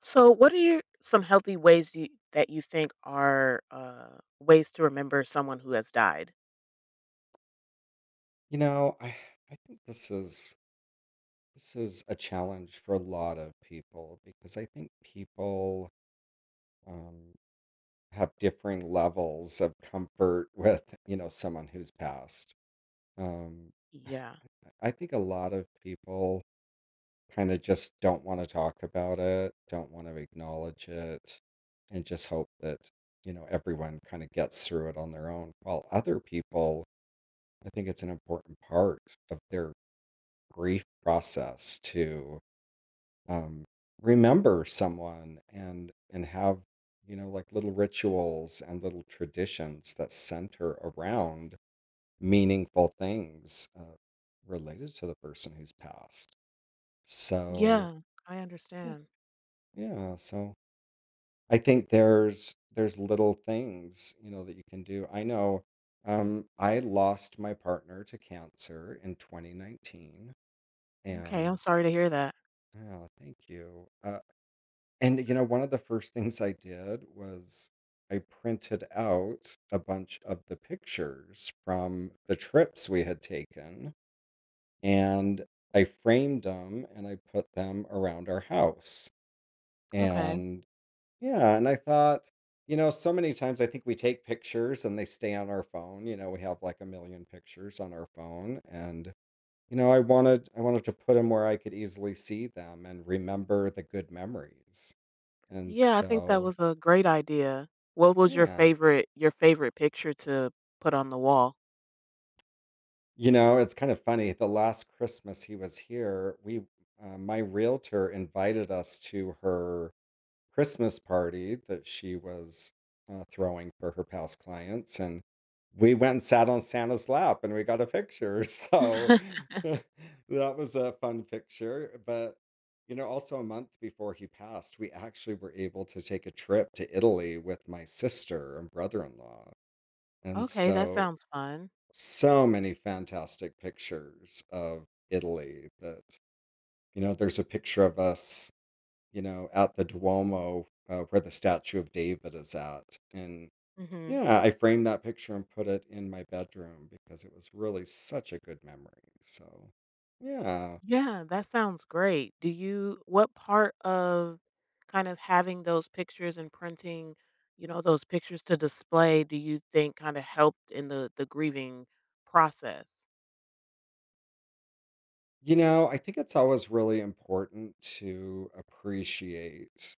So, what are your some healthy ways you that you think are ways to remember someone who has died? You know, I I think this is a challenge for a lot of people because I think people um, have differing levels of comfort with, you know, someone who's passed. Um, I Yeah. I think a lot of people kind of just don't want to talk about it, don't want to acknowledge it, and just hope that, you know, everyone kind of gets through it on their own. While other people, I think it's an important part of their grief process to um, remember someone and have you know like little rituals and little traditions that center around meaningful things related to the person who's passed so Yeah, I y- understand. yeah. So I think there's little things you know that you can do. I know I lost my partner to cancer in 2019. Okay, I'm and sorry to hear that. yeah thank you. And, you know, one of the first things I did was I printed out a bunch of the pictures from the trips we had taken, and I framed them and I put them around our house. Okay. And yeah, and I thought, you know, so many times I think we take pictures and they stay on our phone. You know, we have like a million pictures on our phone and you know, I wanted to put them where I could easily see them and remember the good memories. And Yeah, I think that so was a great idea. What was your yeah. favorite your favorite picture to put on the wall? You know, it's kind of funny. The last Christmas he was here, we my realtor invited us to her Christmas party that she was throwing for her past clients, and we went and sat on Santa's lap and we got a picture. So that was a fun picture. But you know, also a month before he passed, we actually were able to take a trip to Italy with my sister and brother-in-law. And Okay, that so sounds fun. so many fantastic pictures of Italy that, you know, there's a picture of us, you know, at the Duomo where the statue of David is at. And Mhm. yeah, I framed that picture and put it in my bedroom because it was really such a good memory. So, yeah, Yeah, that sounds great. Do you what part of kind of having those pictures and printing, you know, those pictures to display, do you think kind of helped in the grieving process? you know, I think it's always really important to appreciate,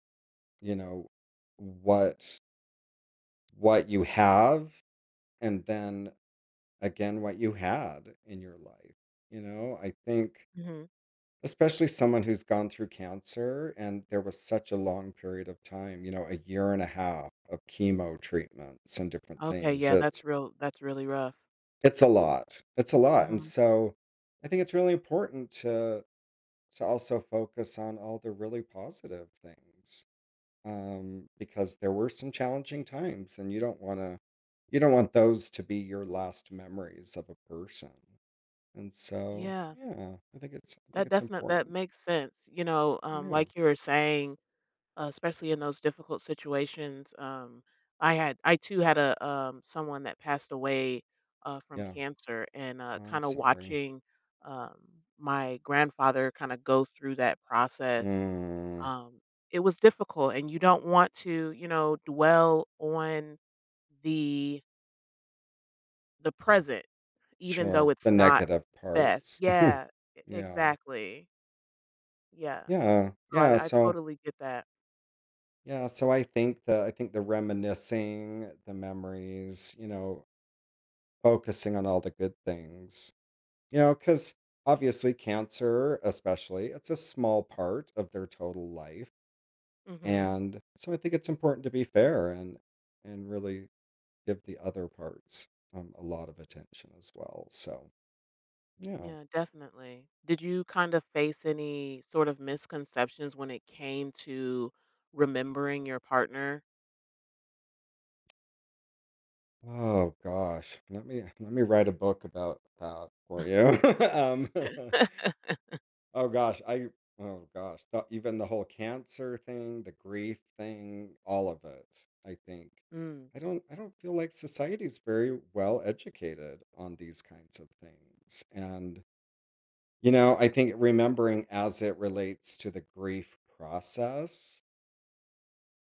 you know, what you have and then again what you had in your life. You know, I think Mhm. especially someone who's gone through cancer and there was such a long period of time, you know, a year and a half of chemo treatments and different Okay, things. yeah, that's really rough. It's a lot. It's a lot. And Mhm. so I think it's really important to also focus on all the really positive things. Because there were some challenging times and you don't wanna you don't want those to be your last memories of a person. And so, Yeah. yeah, I think it's I think it's That important. makes sense. You know, Yeah, like you were saying, especially in those difficult situations. I too had a someone that passed away from yeah. cancer, and I'm kind of sorry. watching um, my grandfather kind of go through that process. Mm, Um, it was difficult, and you don't want to, you know, dwell on the the present, even though sure. it's The not negative best. parts. Yeah, Yeah, exactly. Yeah. yeah, So yeah. I So, totally get that. yeah. So I think the reminiscing, the memories. You know, focusing on all the good things. You know, because obviously cancer, especially, it's a small part of their total life. Hmm. And so I think it's important to be fair and really give the other parts, a lot of attention as well, so, yeah. Yeah, definitely. Did you kind of face any sort of misconceptions when it came to remembering your partner? Oh gosh, let me write a book about that for you. Um, oh gosh, I oh gosh, the even the whole cancer thing, the grief thing, all of it, I think. Mm, I don't feel like society's very well educated on these kinds of things, and, you know, I think remembering as it relates to the grief process.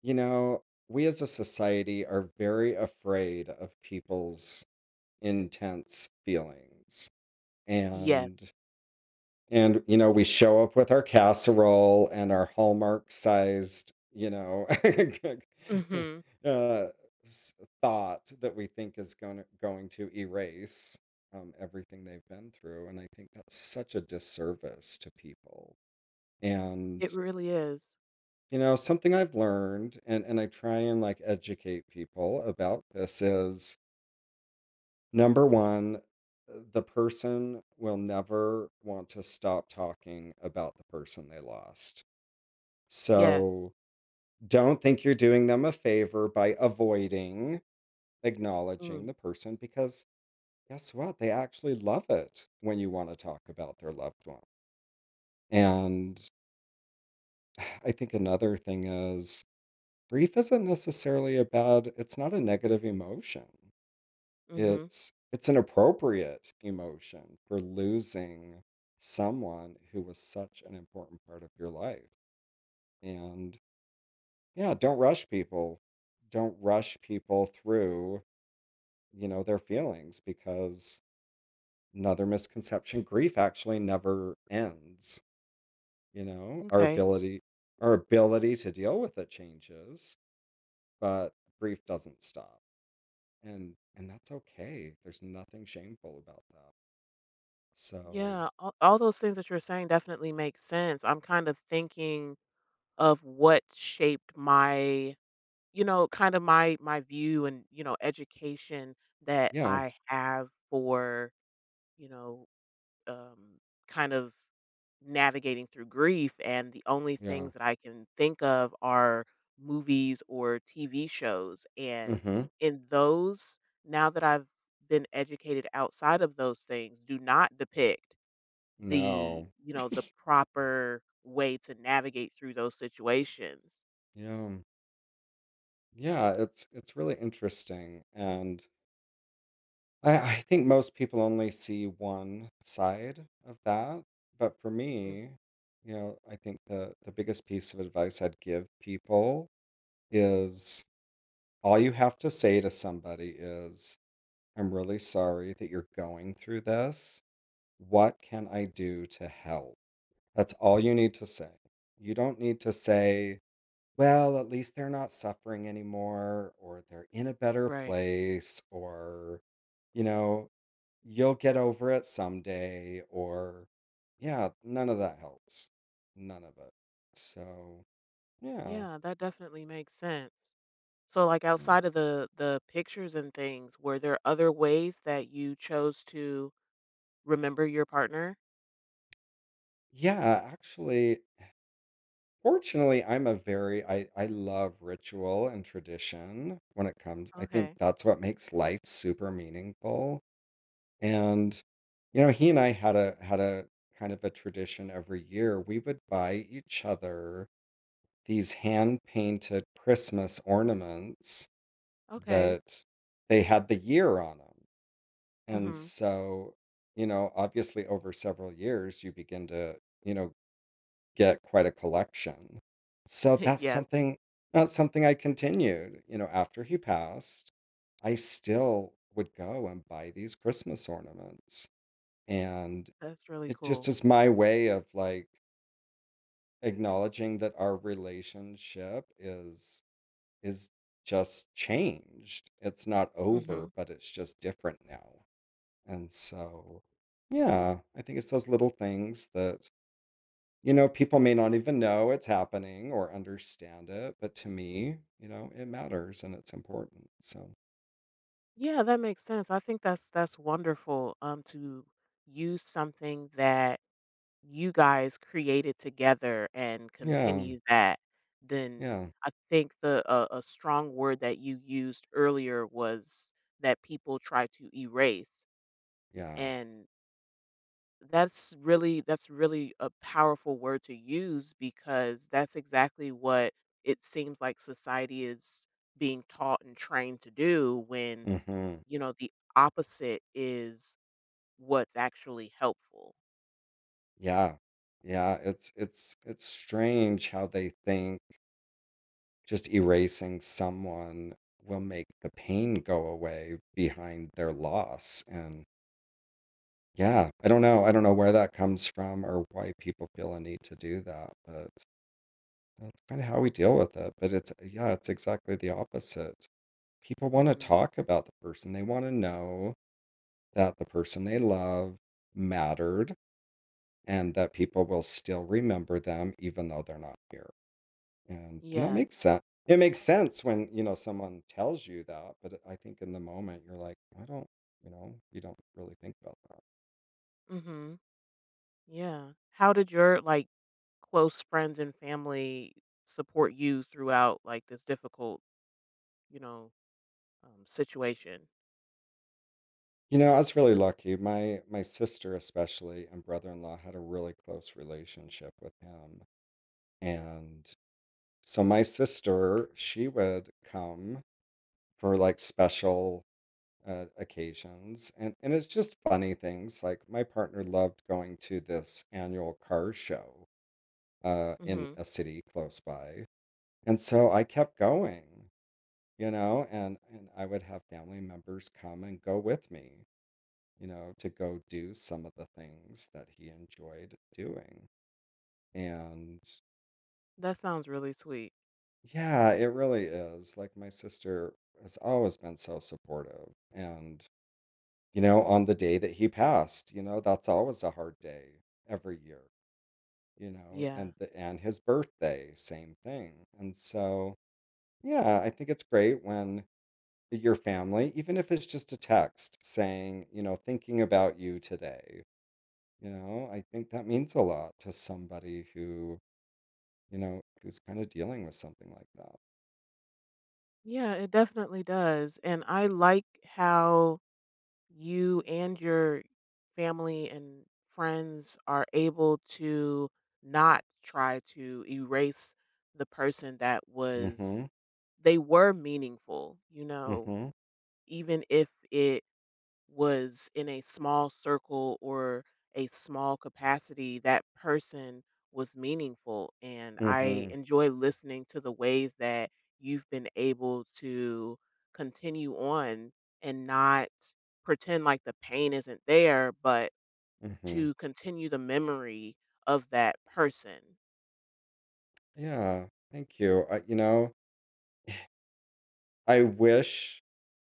You know, we as a society are very afraid of people's intense feelings. yes. And and you know, we show up with our casserole and our Hallmark sized, you know, Mm-hmm. uh, s- thought that we think is going to erase everything they've been through. And I think that's such a disservice to people. And. It really is. You know, something I've learned and I try and, like, educate people about this is, number 1, the person will never want to stop talking about the person they lost. Yes. So, don't think you're doing them a favor by avoiding acknowledging Mm, the person because guess what? They actually love it when you wanna talk about their loved one. And I think another thing is grief isn't necessarily a bad it's not a negative emotion. mm-hmm. It's an appropriate emotion for losing someone who was such an important part of your life. And yeah, don't rush people. Don't rush people through, you know, their feelings because another misconception, grief actually never ends, you know? Our Okay. ability our ability to deal with it changes, but grief doesn't stop. And that's okay. There's nothing shameful about that. So, Yeah. All those things that you're saying definitely make sense. I'm kind of thinking of what shaped my, you know, kind of my view and, you know, education that yeah. I have for, you know, um, kind of navigating through grief, and the only Yeah. things that I can think of are movies or TV shows. And Mhm. in those, now that I've been educated outside of those things, do not depict the No. you know the proper way to navigate through those situations. Yeah. Yeah, it's really interesting and I think most people only see one side of that, but for Mm. me, you know, I think the biggest piece of advice I'd give people is all you have to say to somebody is, "I'm really sorry that you're going through this. What can I do to help?" That's all you need to say. You don't need to say, well, at least they're not suffering anymore, or they're in a better Right. place, or, you know, you'll get over it someday, or, yeah, none of that helps. None of it. So, yeah. Yeah, that definitely makes sense. So like Yeah, outside of the pictures and things, were there other ways that you chose to remember your partner? yeah, actually, fortunately, I'm a very, I love ritual and tradition when it comes. I think Okay. that's what makes life super meaningful. And, you know, he and I had a kind of a tradition every year. We would buy each other these hand-painted Christmas ornaments Okay. that they had the year on them. And Mhm. so, you know, obviously over several years, you begin to, you know, get quite a collection. So that's Yes, something that's something I continued. You know, after he passed, I still would go and buy these Christmas ornaments. And that's really it just cool. is my way of, like, acknowledging that our relationship is just changed. It's not Mhm. over, but it's just different now, and so, yeah, I think it's those little things that, you know, people may not even know it's happening or understand it, but to me, you know, it matters and it's important, so Yeah, that makes sense. I think that's wonderful, to use something that you guys created together and yeah, continue that. Then yeah, I think the a strong word that you used earlier was that people try to erase, yeah, and that's really a powerful word to use because that's exactly what it seems like society is being taught and trained to do when, mhm, you know, the opposite is what's actually helpful. yeah, yeah, it's it's strange how they think just erasing someone will make the pain go away behind their loss, and yeah, I don't know where that comes from or why people feel a need to do that, but that's kinda how we deal with it, but it's yeah, it's exactly the opposite. People wanna Mhm. talk about the person, they wanna know that the person they love mattered and that people will still remember them even though they're not here. And that Yeah. makes sense. It makes sense when, you know, someone tells you that, but I think in the moment you're like, I don't, you know, you don't really think about that. Mhm. Yeah. How did your, like, close friends and family support you throughout, like, this difficult, you know, situation? You know, I was really lucky. My sister especially and brother-in-law had a really close relationship with him. And so my sister, she would come for like special occasions and it's just funny things like my partner loved going to this annual car show in Mhm. a city close by. And so I kept going, you know, and I would have family members come and go with me, you know, to go do some of the things that he enjoyed doing. And That sounds really sweet. yeah, it really is. Like my sister has always been so supportive. And, you know, on the day that he passed, you know, that's always a hard day every year, you know, Yeah. and the, and his birthday, same thing. And so, yeah, I think it's great when your family, even if it's just a text saying, you know, thinking about you today. You know, I think that means a lot to somebody who, you know, who's kind of dealing with something like that. Yeah, it definitely does. And I like how you and your family and friends are able to not try to erase the person that was, Mm-hmm. they were meaningful, you know, Mm-hmm. even if it was in a small circle or a small capacity, that person was meaningful. And I Mm-hmm. enjoy listening to the ways that you've been able to continue on and not pretend like the pain isn't there, but Mm-hmm. to continue the memory of that person. Yeah. Thank you. I, you know, I wish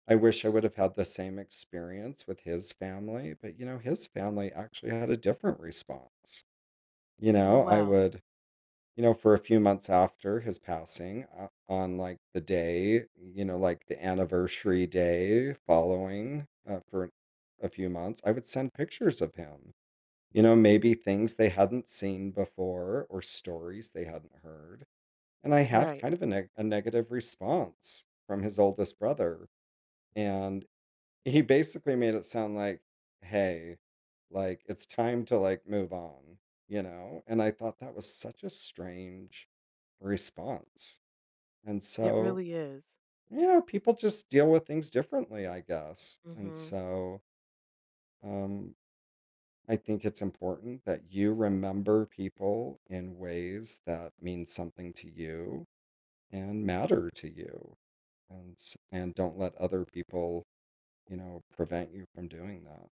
I wish I would have had the same experience with his family, but you know, his family actually had a different response. You Oh, know, I wow. would you know, for a few months after his passing, on like the day, you know, like the anniversary day following for a few months, I would send pictures of him. You know, maybe things they hadn't seen before or stories they hadn't heard. And I had Right. kind of a, a negative response from his oldest brother. And he basically made it sound like, "Hey, like it's time to like move on," you know? And I thought that was such a strange response. And It so, really is. yeah, people just deal with things differently, I guess. And Hmm. so, um, I think it's important that you remember people in ways that mean something to you and matter to you, and don't let other people, you know, prevent you from doing that.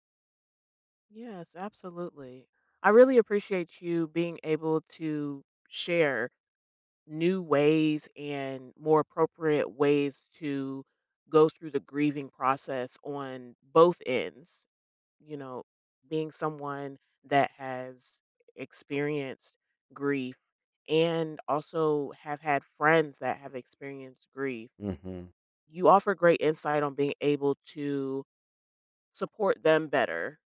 Yes, absolutely. I really appreciate you being able to share new ways and more appropriate ways to go through the grieving process on both ends. You know, being someone that has experienced grief and also have had friends that have experienced grief, Mm-hmm. you offer great insight on being able to support them better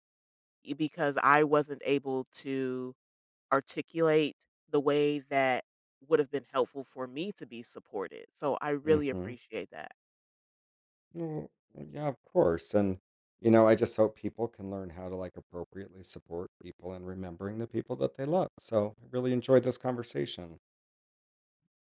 because I wasn't able to articulate the way that would have been helpful for me to be supported. So I really Mm-hmm. appreciate that. Well, yeah, of course. And, you know, I just hope people can learn how to like appropriately support people and remembering the people that they love. So I really enjoyed this conversation.